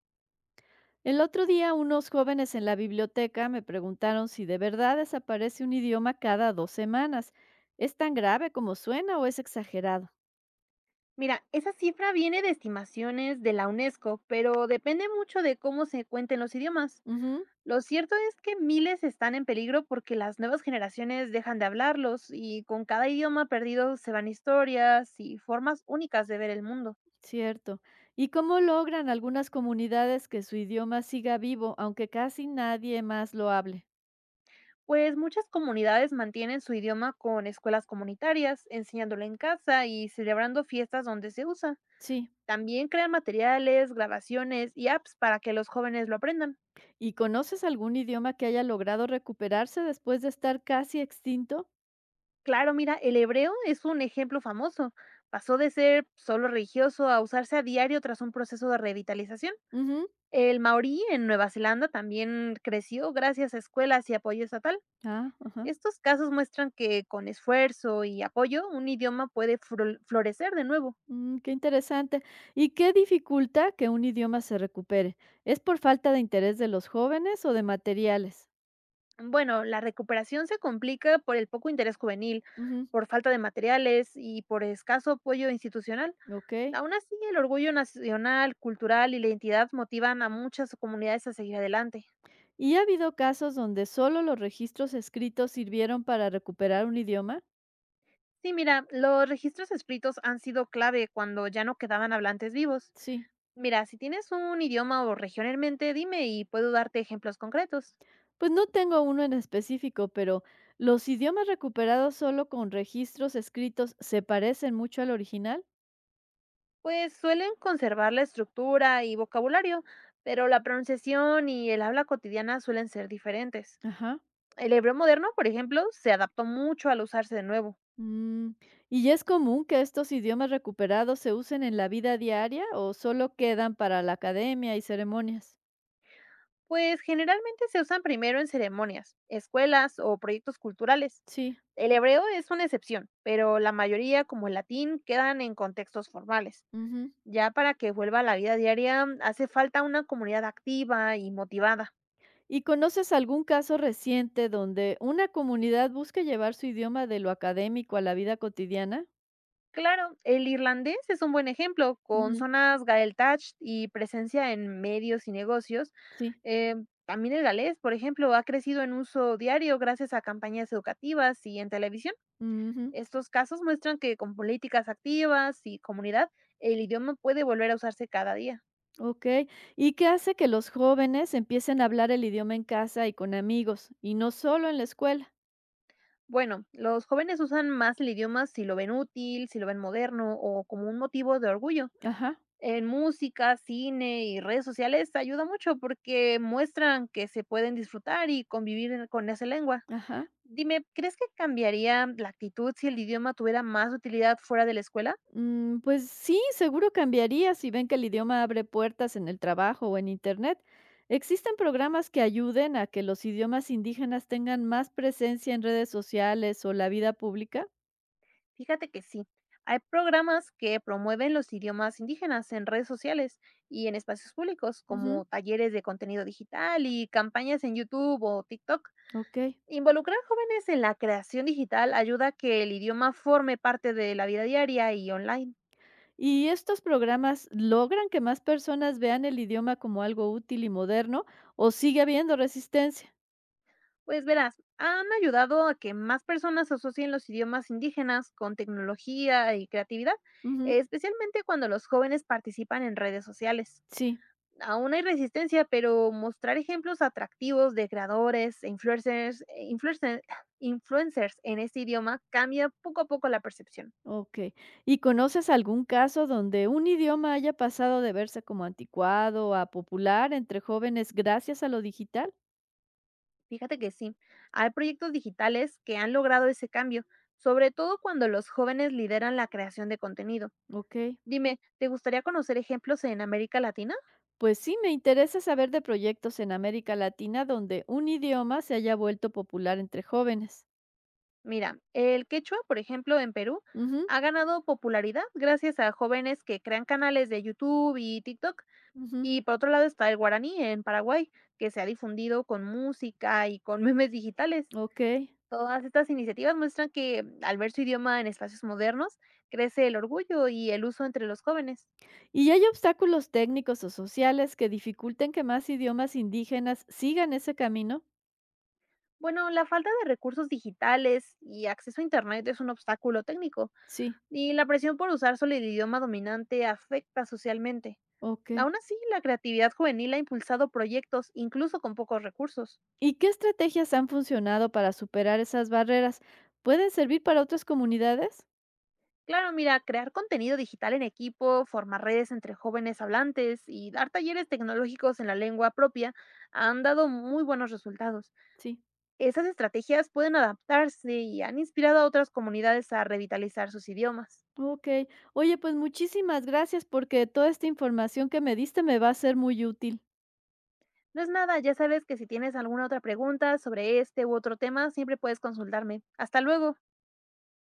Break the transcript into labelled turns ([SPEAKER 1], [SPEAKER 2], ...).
[SPEAKER 1] El otro día unos jóvenes en la biblioteca me preguntaron si de verdad desaparece un idioma cada dos semanas. ¿Es tan grave como suena o es exagerado?
[SPEAKER 2] Mira, esa cifra viene de estimaciones de la UNESCO, pero depende mucho de cómo se cuenten los idiomas.
[SPEAKER 1] Ujú,
[SPEAKER 2] Lo cierto es que miles están en peligro porque las nuevas generaciones dejan de hablarlos y con cada idioma perdido se van historias y formas únicas de ver el mundo.
[SPEAKER 1] cierto. ¿Y cómo logran algunas comunidades que su idioma siga vivo, aunque casi nadie más lo hable?
[SPEAKER 2] Pues muchas comunidades mantienen su idioma con escuelas comunitarias, enseñándolo en casa y celebrando fiestas donde se usa.
[SPEAKER 1] Sí.
[SPEAKER 2] También crean materiales, grabaciones y apps para que los jóvenes lo aprendan.
[SPEAKER 1] ¿Y conoces algún idioma que haya logrado recuperarse después de estar casi extinto?
[SPEAKER 2] Claro, mira, el hebreo es un ejemplo famoso. Pasó de ser solo religioso a usarse a diario tras un proceso de revitalización.
[SPEAKER 1] Ujú.
[SPEAKER 2] El maorí en Nueva Zelanda también creció gracias a escuelas y apoyo estatal.
[SPEAKER 1] Ah, ajá.
[SPEAKER 2] Estos casos muestran que con esfuerzo y apoyo un idioma puede florecer de nuevo.
[SPEAKER 1] Mm, qué interesante. ¿Y qué dificulta que un idioma se recupere? ¿Es por falta de interés de los jóvenes o de materiales?
[SPEAKER 2] Bueno, la recuperación se complica por el poco interés juvenil,
[SPEAKER 1] Ujú.
[SPEAKER 2] por falta de materiales y por escaso apoyo institucional.
[SPEAKER 1] Ok.
[SPEAKER 2] Aún así, el orgullo nacional, cultural y la identidad motivan a muchas comunidades a seguir adelante.
[SPEAKER 1] ¿Y ha habido casos donde solo los registros escritos sirvieron para recuperar un idioma?
[SPEAKER 2] Sí, mira, los registros escritos han sido clave cuando ya no quedaban hablantes vivos.
[SPEAKER 1] Sí.
[SPEAKER 2] Mira, si tienes un idioma o región en mente, dime y puedo darte ejemplos concretos.
[SPEAKER 1] Pues no tengo uno en específico, pero ¿los idiomas recuperados solo con registros escritos se parecen mucho al original?
[SPEAKER 2] Pues suelen conservar la estructura y vocabulario, pero la pronunciación y el habla cotidiana suelen ser diferentes.
[SPEAKER 1] Ajá.
[SPEAKER 2] El hebreo moderno, por ejemplo, se adaptó mucho al usarse de nuevo.
[SPEAKER 1] Mm, ¿y es común que estos idiomas recuperados se usen en la vida diaria o solo quedan para la academia y ceremonias?
[SPEAKER 2] Pues generalmente se usan primero en ceremonias, escuelas o proyectos culturales.
[SPEAKER 1] Sí.
[SPEAKER 2] El hebreo es una excepción, pero la mayoría, como el latín, quedan en contextos formales.
[SPEAKER 1] Ujú.
[SPEAKER 2] Ya para que vuelva a la vida diaria, hace falta una comunidad activa y motivada.
[SPEAKER 1] ¿Y conoces algún caso reciente donde una comunidad busque llevar su idioma de lo académico a la vida cotidiana?
[SPEAKER 2] Claro, el irlandés es un buen ejemplo, con
[SPEAKER 1] Ujú.
[SPEAKER 2] zonas Gaeltacht y presencia en medios y negocios.
[SPEAKER 1] Sí.
[SPEAKER 2] Eh, También el galés, por ejemplo, ha crecido en uso diario gracias a campañas educativas y en televisión.
[SPEAKER 1] Ujú.
[SPEAKER 2] Estos casos muestran que con políticas activas y comunidad, el idioma puede volver a usarse cada día.
[SPEAKER 1] Ok. ¿Y qué hace que los jóvenes empiecen a hablar el idioma en casa y con amigos y no solo en la escuela?
[SPEAKER 2] Bueno, los jóvenes usan más el idioma si lo ven útil, si lo ven moderno o como un motivo de orgullo.
[SPEAKER 1] Ajá,
[SPEAKER 2] En música, cine y redes sociales ayuda mucho porque muestran que se pueden disfrutar y convivir con esa lengua.
[SPEAKER 1] ajá.
[SPEAKER 2] Dime, ¿crees que cambiaría la actitud si el idioma tuviera más utilidad fuera de la escuela?
[SPEAKER 1] Mm, pues sí, seguro cambiaría si ven que el idioma abre puertas en el trabajo o en Internet. ¿Existen programas que ayuden a que los idiomas indígenas tengan más presencia en redes sociales o la vida pública?
[SPEAKER 2] Fíjate que sí, hay programas que promueven los idiomas indígenas en redes sociales y en espacios públicos,
[SPEAKER 1] Ujú,
[SPEAKER 2] como talleres de contenido digital y campañas en YouTube o TikTok.
[SPEAKER 1] ok.
[SPEAKER 2] Involucrar jóvenes en la creación digital ayuda a que el idioma forme parte de la vida diaria y online.
[SPEAKER 1] ¿Y estos programas logran que más personas vean el idioma como algo útil y moderno o sigue habiendo resistencia?
[SPEAKER 2] Pues verás, han ayudado a que más personas asocien los idiomas indígenas con tecnología y creatividad,
[SPEAKER 1] Ujú,
[SPEAKER 2] especialmente cuando los jóvenes participan en redes sociales.
[SPEAKER 1] sí.
[SPEAKER 2] Aún hay resistencia, pero mostrar ejemplos atractivos de creadores, e influencers en este idioma cambia poco a poco la percepción.
[SPEAKER 1] Okey. ¿Y conoces algún caso donde un idioma haya pasado de verse como anticuado a popular entre jóvenes gracias a lo digital?
[SPEAKER 2] Fíjate que sí, hay proyectos digitales que han logrado ese cambio, sobre todo cuando los jóvenes lideran la creación de contenido.
[SPEAKER 1] Okey.
[SPEAKER 2] Dime, ¿te gustaría conocer ejemplos en América Latina?
[SPEAKER 1] Pues sí, me interesa saber de proyectos en América Latina donde un idioma se haya vuelto popular entre jóvenes.
[SPEAKER 2] Mira, el quechua, por ejemplo, en Perú,
[SPEAKER 1] Ujú,
[SPEAKER 2] ha ganado popularidad gracias a jóvenes que crean canales de YouTube y TikTok.
[SPEAKER 1] ujú,
[SPEAKER 2] Y por otro lado está el guaraní en Paraguay, que se ha difundido con música y con memes digitales.
[SPEAKER 1] okey.
[SPEAKER 2] Todas estas iniciativas muestran que al ver su idioma en espacios modernos, crece el orgullo y el uso entre los jóvenes.
[SPEAKER 1] ¿Y hay obstáculos técnicos o sociales que dificulten que más idiomas indígenas sigan ese camino?
[SPEAKER 2] Bueno, la falta de recursos digitales y acceso a Internet es un obstáculo técnico,
[SPEAKER 1] Sí,
[SPEAKER 2] y la presión por usar solo el idioma dominante afecta socialmente.
[SPEAKER 1] okey.
[SPEAKER 2] Aún así, la creatividad juvenil ha impulsado proyectos incluso con pocos recursos.
[SPEAKER 1] ¿Y qué estrategias han funcionado para superar esas barreras? ¿Pueden servir para otras comunidades?
[SPEAKER 2] Claro, mira, crear contenido digital en equipo, formar redes entre jóvenes hablantes y dar talleres tecnológicos en la lengua propia han dado muy buenos resultados.
[SPEAKER 1] Sí.
[SPEAKER 2] Esas estrategias pueden adaptarse y han inspirado a otras comunidades a revitalizar sus idiomas.
[SPEAKER 1] Ok. Oye, pues muchísimas gracias porque toda esta información que me diste me va a ser muy útil.
[SPEAKER 2] No es nada, ya sabes que si tienes alguna otra pregunta sobre este u otro tema, siempre puedes consultarme. Hasta luego.